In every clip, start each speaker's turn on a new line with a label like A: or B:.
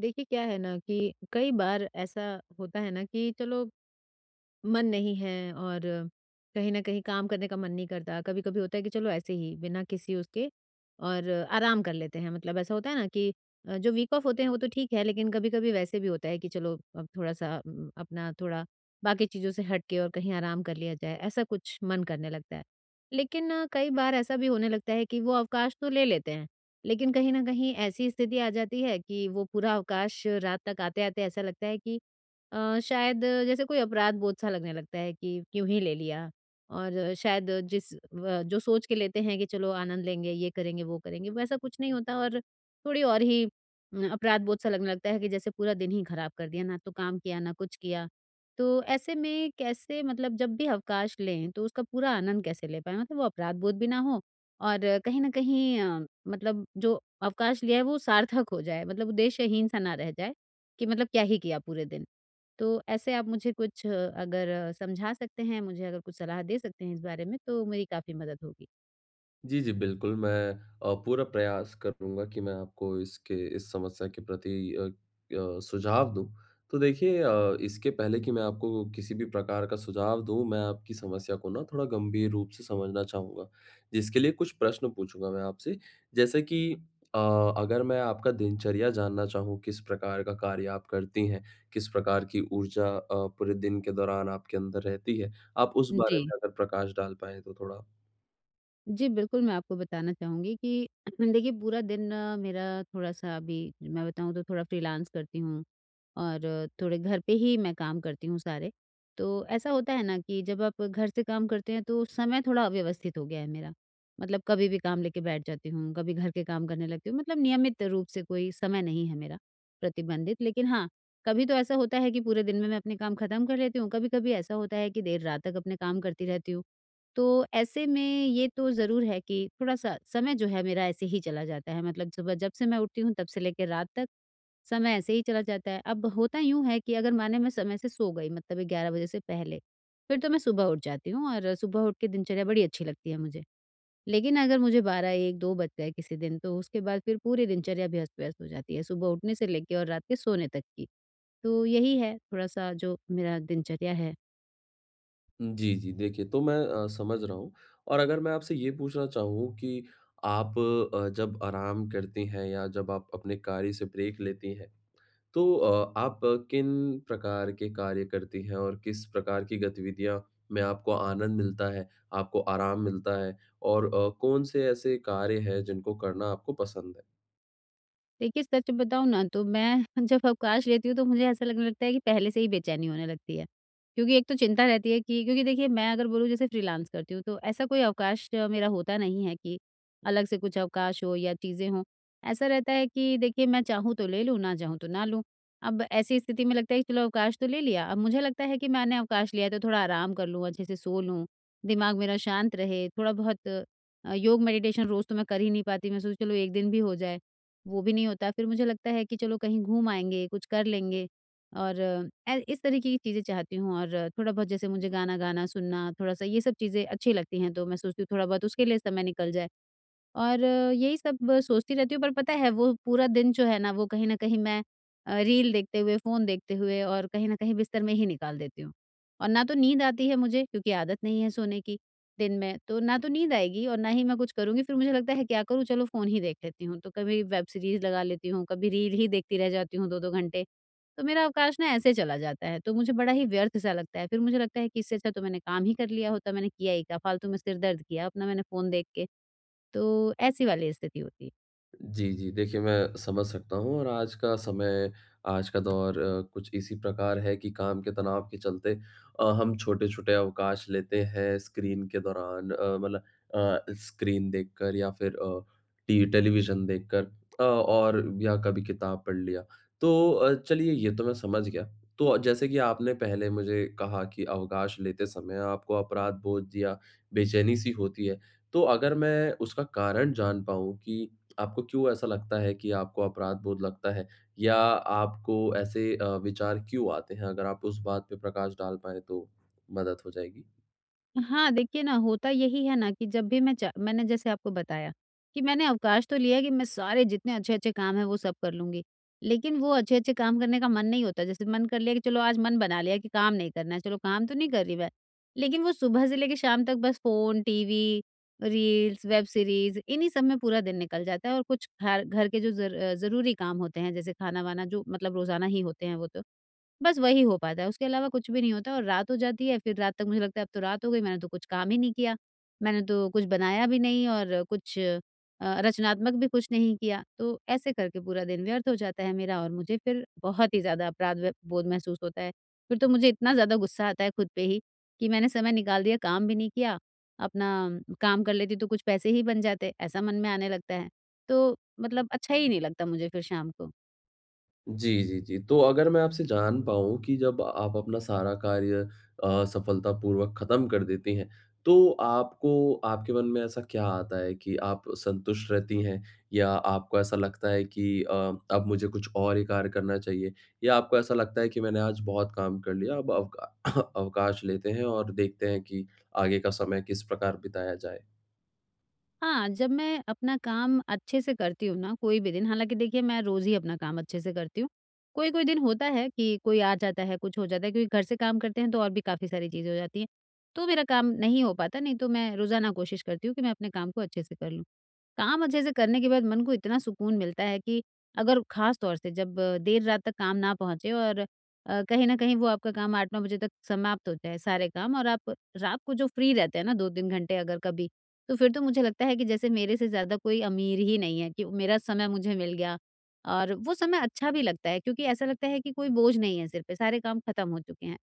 A: देखिए, क्या है ना कि कई बार ऐसा होता है ना कि चलो मन नहीं है और कहीं न कहीं काम करने का मन नहीं करता। कभी-कभी होता है कि चलो ऐसे ही बिना किसी उसके और आराम कर लेते हैं। मतलब ऐसा होता है ना कि जो वीक ऑफ होते हैं वो तो ठीक है, लेकिन कभी-कभी वैसे भी होता है कि चलो अब थोड़ा-सा अपना थोड़ा बाकी चीज़ों से हट के और कहीं आराम कर लिया जाए, ऐसा कुछ मन करने लगता है। लेकिन कई बार ऐसा भी होने लगता है कि वो अवकाश तो ले लेते हैं, लेकिन कहीं न कहीं ऐसी स्थिति आ जाती है कि वो पूरा अवकाश रात तक आते-आते ऐसा लगता है कि शायद जैसे कोई अपराध बोध सा लगने लगता है कि क्यों ही ले लिया, और शायद जिस व जो सोच के लेते हैं कि चलो आनंद लेंगे, ये करेंगे, वो करेंगे, वैसा कुछ नहीं होता और थोड़ी और ही अपराध बोध सा लगने लगता है कि जैसे पूरा दिन ही खराब कर दिया, ना तो काम किया, ना कुछ किया। तो ऐसे में कैसे, मतलब जब भी अवकाश लें, तो उसका पूरा आनंद कैसे ले पाएँ? मतलब वो अपराध बोध भी ना हो और कहीं न कहीं, मतलब जो अवकाश लिया है, वो सार्थक हो जाए, मतलब उद्देश्यहीन सा ना रह जाए कि मतलब क्या ही किया पूरे दिन। तो ऐसे आप मुझे कुछ, अगर समझा सकते हैं, मुझे अगर कुछ सलाह दे सकते हैं इस बारे में, तो मेरी काफ़ी मदद होगी।
B: जी, जी, बिल्कुल, मैं पूरा प्रयास करूँगा कि मैं आपको इसके इस समस्या के प्रति सुझाव दूँ। तो देखिए इसके पहले कि मैं आपको किसी भी प्रकार का सुझाव दूँ, मैं आपकी समस्या को ना थोड़ा गंभीर रूप से समझना चाहूँगा, जिसके लिए कुछ प्रश्न पूछूँगा मैं आपसे। जैसे कि अ, अगर मैं आपका दिनचर्या जानना चाहूँ, किस प्रकार का कार्य आप करती हैं? किस प्रकार की ऊर्जा पूरे दिन के दौरान आपके अंदर रहती है? आप उस बारे
A: जी।
B: में अगर प्रकाश डाल पाएँ तो थोड़ा।
A: जी, बिल्कुल, मैं आपको बताना चाहूँगी कि देखिए, पूरा दिन मेरा थोड़ा-सा अभी, मैं बताऊँ तो थोड़ा फ्रीलांस करती हूँ और थोड़े घर पे ही मैं काम करती हूँ सारे। तो ऐसा होता है ना कि जब आप घर से काम करते हैं तो समय थोड़ा अव्यवस्थित हो गया है मेरा। मतलब कभी भी काम लेके बैठ जाती हूँ, कभी घर के काम करने लगती हूँ, मतलब नियमित रूप से कोई समय नहीं है मेरा प्रतिबंधित। लेकिन हाँ, कभी तो ऐसा होता है कि पूरे दिन में मैं अपने काम खत्म कर लेती हूँ, कभी-कभी ऐसा होता है कि देर रात तक अपने काम करती रहती हूँ। तो ऐसे में ये तो ज़रूर है कि थोड़ा-सा समय जो है मेरा ऐसे ही चला जाता है, मतलब सुबह जब से मैं उठती हूँ तब से लेके रात तक, समय ऐसे ही चला जाता है। अब होता यूँ है कि अगर माने मैं समय से सो गई, मतलब 11 बजे से पहले, फिर तो मैं सुबह उठ जाती हूँ और सुबह उठ के दिनचर्या बड़ी अच्छी लगती है मुझे। लेकिन अगर मुझे 12-1-2 बज गए किसी दिन तो उसके बाद फिर पूरी दिनचर्या भी अस्त-व्यस्त हो जाती है, सुबह उठने से लेके और रात के सोने तक की। तो यही है थोड़ा-सा जो मेरा दिनचर्या है।
B: जी, जी। देखिए, तो मैं समझ रहा हूँ और अगर मैं आपसे ये पूछना चाहूँ कि आप जब आराम करती हैं या जब आप अपने कार्य से ब्रेक लेती हैं, तो आप किन प्रकार के कार्य करती हैं और किस प्रकार की गतिविधियाँ में आपको आनंद मिलता है, आपको आराम मिलता है और कौन से ऐसे कार्य हैं जिनको करना आपको पसंद है?
A: देखिए, सच बताऊँ ना, तो मैं जब अवकाश लेती हूँ तो मुझे ऐसा लगने लगता है कि पहले से ही बेचैनी होने लगती है। क्योंकि एक तो चिंता रहती है कि, क्योंकि देखिए, मैं अगर बोलूँ जैसे फ्रीलांस करती हूँ तो ऐसा कोई अवकाश मेरा होता नहीं है कि अलग से कुछ अवकाश हो या चीज़ें हों। ऐसा रहता है कि देखिए, मैं चाहूँ तो ले लूँ, ना चाहूँ तो ना लूँ। अब ऐसी स्थिति में लगता है कि चलो अवकाश तो ले लिया, अब मुझे लगता है कि मैंने अवकाश लिया है तो थोड़ा आराम कर लूँ, अच्छे से सो लूँ, दिमाग मेरा शांत रहे, थोड़ा बहुत योग मेडिटेशन रोज़ तो मैं कर ही नहीं पाती, मैं सोची चलो 1 दिन भी हो जाए। वो भी नहीं होता। फिर मुझे लगता है कि चलो कहीं घूम आएँगे, कुछ कर लेंगे और ए इस तरीके की चीज़ें चाहती हूँ, और थोड़ा बहुत जैसे मुझे गाना गाना, सुनना, थोड़ा-सा ये सब चीज़ें अच्छी लगती हैं, तो मैं सोचती हूँ थोड़ा बहुत उसके लिए समय निकल जाए। और यही सब सोचती रहती हूँ, पर पता है वो पूरा दिन जो है ना वो कहीं न कहीं मैं रील देखते हुए, फ़ोन देखते हुए और कहीं न कहीं बिस्तर में ही निकाल देती हूँ। और ना तो नींद आती है मुझे क्योंकि आदत नहीं है सोने की दिन में, तो ना तो नींद आएगी और ना ही मैं कुछ करूँगी, फिर मुझे लगता है क्या करूँ चलो फ़ोन ही देख लेती हूँ। तो कभी वेब सीरीज़ लगा लेती हूँ, कभी रील ही देखती रह जाती हूँ 2-2 घंटे। तो मेरा अवकाश ना ऐसे चला जाता है, तो मुझे बड़ा ही व्यर्थ सा लगता है। फिर मुझे लगता है कि इससे अच्छा तो मैंने काम ही कर लिया होता, मैंने किया ही क्या, फ़ालतू में सिर दर्द किया अपना मैंने फ़ोन देख के। तो ऐसी वाली स्थिति होती है।
B: जी, जी। देखिए, मैं समझ सकता हूँ और आज का समय, आज का दौर कुछ इसी प्रकार है कि काम के तनाव के चलते हम छोटे-छोटे अवकाश लेते हैं स्क्रीन के दौरान मतलब अ, स्क्रीन देखकर या फिर टी टेलीविज़न देखकर और या कभी किताब पढ़ लिया। तो चलिए ये तो मैं समझ गया। तो जैसे कि आपने पहले मुझे कहा कि अवकाश लेते समय आपको अपराध बोध या बेचैनी-सी होती है। तो अगर मैं उसका कारण जान पाऊँ कि आपको क्यों ऐसा लगता है कि आपको अपराध बोध लगता है? या आपको ऐसे विचार क्यों आते हैं? अगर आप उस बात पे प्रकाश डाल पाएँ तो मदद हो जाएगी।
A: हाँ, देखिए ना, होता यही है ना कि जब भी मैंने, जैसे आपको बताया, कि मैंने अवकाश तो लिया है, कि मैं सारे जितने अच्छे-अच्छे काम हैं वो सब कर लूँगी। लेकिन वो अच्छे-अच्छे काम करने का मन नहीं होता, जैसे मन कर लिया कि चलो आज मन बना लिया कि काम नहीं करना है, चलो काम तो नहीं कर रही मैं। लेकिन वो सुबह से लेके शाम तक बस phone, TV, reels, web series इन्हीं सब में पूरा दिन निकल जाता है और कुछ घर घर के जो ज़रूरी काम होते हैं जैसे खाना-वाना जो मतलब रोज़ाना ही होते हैं वो तो। बस वही हो पाता है, उसके अलावा कुछ भी नहीं होता और रात हो जाती है, फिर रात तक मुझे लगता है अब तो रात हो गई, मैंने तो कुछ काम ही नहीं किया। मैंने तो कुछ बनाया भी नहीं और कुछ रचनात्मक भी कुछ नहीं किया। तो ऐसे करके पूरा दिन व्यर्थ हो जाता है मेरा और मुझे फिर बहुत ही ज़्यादा अपराध व बोध महसूस होता है। फिर तो मुझे इतना ज़्यादा गुस्सा आता है खुद पे ही कि मैंने समय निकाल दिया, काम भी नहीं किया, अपना काम कर लेती तो कुछ पैसे ही बन जाते, ऐसा मन में आने लगता है। तो मतलब अच्छा ही नहीं लगता मुझे फिर शाम को।
B: जी, जी, जी। तो अगर मैं आपसे जान पाऊँ कि जब आप अपना सारा कार्य सफलतापूर्वक ख़त्म कर देती हैं, तो आपको आपके मन में ऐसा क्या आता है कि आप संतुष्ट रहती हैं? या आपको ऐसा लगता है कि अब मुझे कुछ और ही कार्य करना चाहिए? या आपको ऐसा लगता है कि मैंने आज बहुत काम कर लिया, अब अवका अवकाश लेते हैं और देखते हैं कि आगे का समय किस प्रकार बिताया जाए?
A: हाँ, जब मैं अपना काम अच्छे से करती हूँ ना, कोई भी दिन, हालाँकि देखिए मैं रोज़ ही अपना काम अच्छे से करती हूँ। कोई-कोई दिन होता है कि कोई आ जाता है, कुछ हो जाता है क्योंकि घर से काम करते हैं तो और भी काफ़ी सारी चीज़ें हो जाती हैं। तो मेरा काम नहीं हो पाता, नहीं तो मैं रोज़ाना कोशिश करती हूँ कि मैं अपने काम को अच्छे से कर लूँ। काम अच्छे से करने के बाद मन को इतना सुकून मिलता है कि अगर ख़ास तौर से जब देर रात तक काम ना पहुँचे, और कहीं न कहीं वो आपका काम 8-9 बजे तक समाप्त हो जाए सारे काम, और आप रात को जो फ्री रहते हैं ना 2-3 घंटे अगर कभी, तो फिर तो मुझे लगता है कि जैसे मेरे से ज़्यादा कोई अमीर ही नहीं है कि मेरा समय मुझे मिल गया, और वो समय अच्छा भी लगता है, क्योंकि ऐसा लगता है कि कोई बोझ नहीं है सिर पे, सारे काम खत्म हो चुके हैं।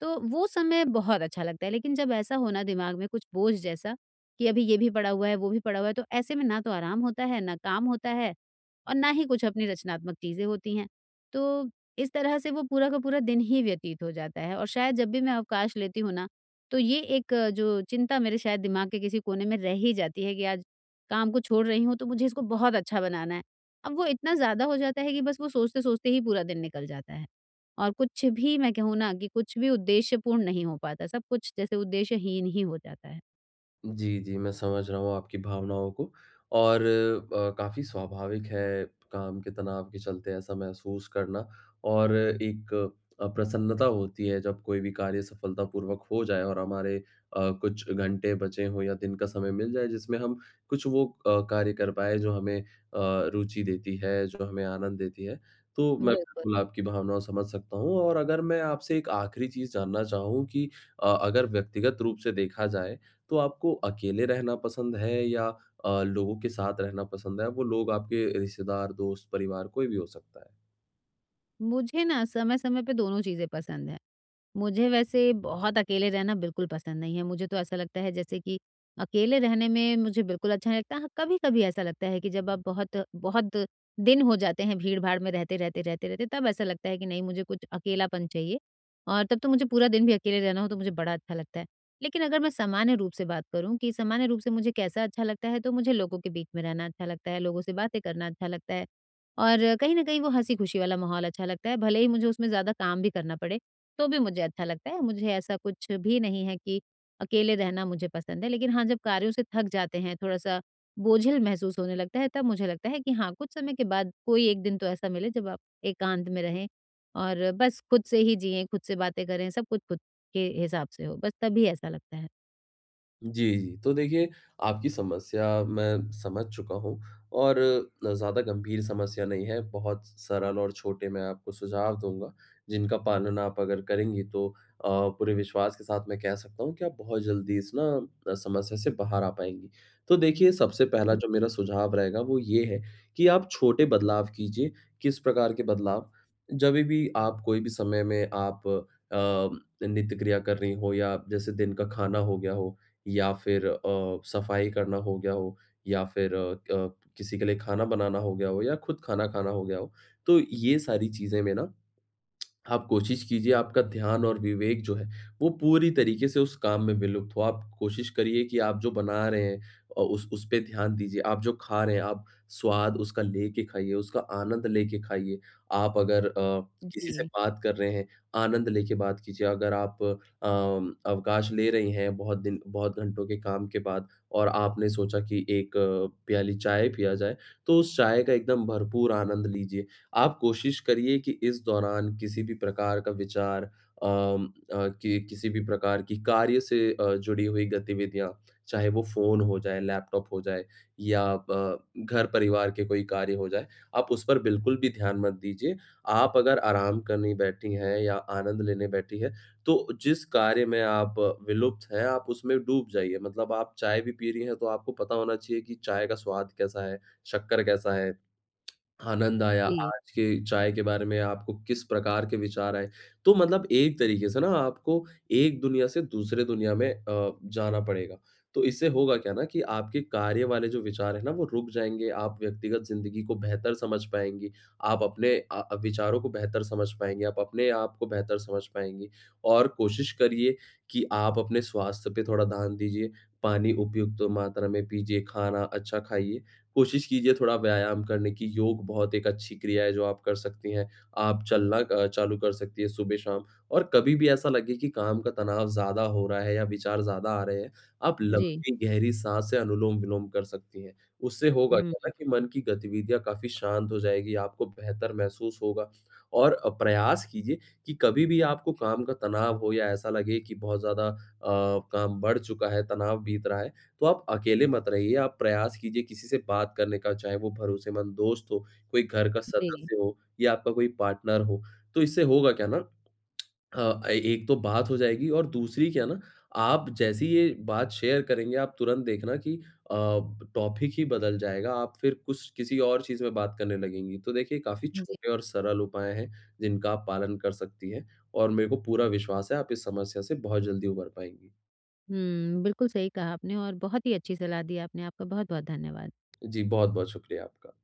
A: तो वो समय बहुत अच्छा लगता है, लेकिन जब ऐसा हो ना दिमाग में कुछ बोझ जैसा कि अभी ये भी पड़ा हुआ है, वो भी पड़ा हुआ है, तो ऐसे में ना तो आराम होता है, ना काम होता है और ना ही कुछ अपनी रचनात्मक चीज़ें होती हैं। तो इस तरह से वो पूरा का पूरा दिन ही व्यतीत हो जाता है, और शायद जब भी मैं अवकाश लेती हूँ ना, तो ये एक जो चिंता मेरे शायद दिमाग के किसी कोने में रह ही जाती है कि आज काम को छोड़ रही हूँ तो मुझे इसको बहुत अच्छा बनाना है। अब वो इतना ज़्यादा हो जाता है कि बस वो सोचते-सोचते ही पूरा दिन निकल जाता है। और कुछ भी मैं कहूँ ना कि कुछ भी उद्देश्यपूर्ण नहीं हो पाता, सब कुछ जैसे उद्देश्यहीन ही हो जाता है।
B: जी, जी, मैं समझ रहा हूँ आपकी भावनाओं को और काफ़ी स्वाभाविक है काम के तनाव के चलते ऐसा महसूस करना और एक प्रसन्नता होती है जब कोई भी कार्य सफलतापूर्वक हो जाए और हमारे कुछ घंटे बचे हों या दिन का समय मिल जाए जिसमें हम कुछ वो कार्य कर पाएँ जो हमें रुचि देती है, जो हमें आनंद देती है। तो मैं
A: बिल्कुल।
B: बिल्कुल आपकी भावनाओं समझ सकता हूँ और अगर मैं आपसे एक आखिरी चीज़ जानना चाहूँ कि अगर व्यक्तिगत रूप से देखा जाए तो आपको अकेले रहना पसंद है या लोगों के साथ रहना पसंद है? वो लोग आपके रिश्तेदार, दोस्त, परिवार कोई भी हो सकता है।
A: मुझे ना समय-समय पे दोनों चीज़ें पसंद हैं। मुझे वैसे बहुत अकेले रहना बिल्कुल पसंद नहीं है। मुझे तो ऐसा लगता है जैसे कि अकेले रहने में मुझे बिल्कुल अच्छा नहीं लगता। हाँ, कभी-कभी ऐसा लगता है कि जब आप बहुत बहुत दिन हो जाते हैं भीड़-भाड़ में रहते, रहते, रहते, रहते, तब ऐसा लगता है कि नहीं, मुझे कुछ अकेलापन चाहिए, और तब तो मुझे पूरा दिन भी अकेले रहना हो तो मुझे बड़ा अच्छा लगता है। लेकिन अगर मैं सामान्य रूप से बात करूँ कि सामान्य रूप से मुझे कैसा अच्छा लगता है, तो मुझे लोगों के बीच में रहना अच्छा लगता है, लोगों से बातें करना अच्छा लगता है और कहीं न कहीं वो हँसी-खुशी वाला माहौल अच्छा लगता है। भले ही मुझे उसमें ज़्यादा काम भी करना पड़े। तो भी मुझे अच्छा लगता है। मुझे ऐसा कुछ भी नहीं है कि अकेले रहना मुझे पसंद है। लेकिन हाँ, जब कार्यों से थक जाते हैं, थोड़ा-सा बोझिल महसूस होने लगता है, तब मुझे लगता है कि हाँ, कुछ समय के बाद कोई एक दिन तो ऐसा मिले जब आप एकांत में रहें और बस खुद से ही जिएँ, खुद से बातें करें, सब कुछ खुद के हिसाब से हो। बस तभी ऐसा लगता है।
B: जी, जी। तो देखिए, आपकी समस्या मैं समझ चुका हूँ और ज़्यादा गंभीर समस्या नहीं है, बहुत सरल और छोटे मैं आपको सुझाव दूँगा, जिनका पालन आप अगर करेंगी तो अ, पूरे विश्वास के साथ मैं कह सकता हूँ कि आप बहुत जल्दी इस ना समस्या से बाहर आ पाएँगी। तो देखिए, सबसे पहला जो मेरा सुझाव रहेगा वो ये है कि आप छोटे बदलाव कीजिए। किस प्रकार के बदलाव? जभी भी आप कोई भी समय में आप अ, नित्य क्रिया कर रही हो या जैसे दिन का खाना हो गया हो, या फिर सफाई करना हो गया हो या फिर अ, क किसी के लिए खाना बनाना हो गया हो या खुद खाना खाना हो गया हो। तो ये सारी चीज़ें में ना आप कोशिश कीजिए आपका ध्यान और विवेक जो है, वो पूरी तरीके से उस काम में विलुप्त हो। आप कोशिश करिए कि आप जो बना रहे हैं उस पे ध्यान दीजिए। आप जो खा रहे हैं, आप स्वाद उसका लेके खाइए, उसका आनंद लेके खाइए। आप अगर किसी से
A: जी,
B: बात कर रहे हैं, आनंद लेके बात कीजिए। अगर आप अवकाश ले रही हैं बहुत दिन बहुत घंटों के काम के बाद और आपने सोचा कि एक प्याली चाय पिया जाए, तो उस चाय का एकदम भरपूर आनंद लीजिए। आप कोशिश करिए कि इस दौरान किसी भी प्रकार का विचार अम, अ, कि किसी भी प्रकार की कार्य से जुड़ी हुई गतिविधियाँ, चाहे वो फ़ोन हो जाए, लैपटॉप हो जाए या ब घर परिवार के कोई कार्य हो जाए, आप उस पर बिल्कुल भी ध्यान मत दीजिए। आप अगर आराम करने बैठी हैं या आनंद लेने बैठी हैं, तो जिस कार्य में आप विलुप्त हैं, आप उसमें डूब जाइए। मतलब आप चाय भी पी रही हैं, तो आपको पता होना चाहिए कि चाय का स्वाद कैसा है, शक्कर कैसा है। आनंद आया
A: जी।
B: आज के चाय के बारे में आपको किस प्रकार के विचार आए? तो मतलब एक तरीके से ना आपको एक दुनिया से दूसरे दुनिया में जाना पड़ेगा। तो इससे होगा क्या ना कि आपके कार्य वाले जो विचार हैं ना वो रुक जाएँगे, आप व्यक्तिगत ज़िंदगी को बेहतर समझ पाएँगी, आप अपने विचारों को बेहतर समझ पाएँगे, आप अपने आप को बेहतर समझ पाएँगी और कोशिश करिए कि आप अपने स्वास्थ्य पे थोड़ा ध्यान दीजिए, पानी उपयुक्त मात्रा में पीजिए, खाना अच्छा खाइए। कोशिश कीजिए थोड़ा व्यायाम करने की, योग बहुत एक अच्छी क्रिया है जो आप कर सकती हैं। आप चलना चालू कर सकती हैं सुबह-शाम और कभी भी ऐसा लगे कि काम का तनाव ज़्यादा हो रहा है या विचार ज़्यादा आ रहे हैं, आप
A: जी।
B: लंबी गहरी साँस से अनुलोम-विलोम कर सकती हैं। उससे होगा क्या
A: हुँ,
B: ना कि मन की गतिविधियाँ काफ़ी शांत हो जाएगी, आपको बेहतर महसूस होगा और प्रयास कीजिए कि कभी भी आपको काम का तनाव हो या ऐसा लगे कि बहुत ज़्यादा काम बढ़ चुका है, तनाव बीत रहा है तो आप अकेले मत रहिए, आप प्रयास कीजिए किसी से बात करने का, चाहे वो भरोसेमंद दोस्त हो, कोई घर का
A: जी, जी।
B: सदस्य हो या आपका कोई पार्टनर हो। तो इससे होगा क्या ना अ, ए एक तो बात हो जाएगी और दूसरी क्या ना, आप जैसी ये बात शेयर करेंगे, आप तुरंत देखना कि अ, टॉपिक ही बदल जाएगा, आप फिर कुछ किसी और चीज़ में बात करने लगेंगी। तो देखिए, काफ़ी
A: जी।
B: छोटे और सरल उपाय हैं, जिनका आप पालन कर सकती हैं और मेरे को पूरा विश्वास है, आप इस समस्या से बहुत जल्दी उभर पाएँगी।
A: हुँ, बिल्कुल सही कहा आपने और बहुत ही अच्छी सलाह दी आपने। आपका बहुत-बहुत धन्यवाद।
B: जी, बहुत-बहुत शुक्रिया आपका।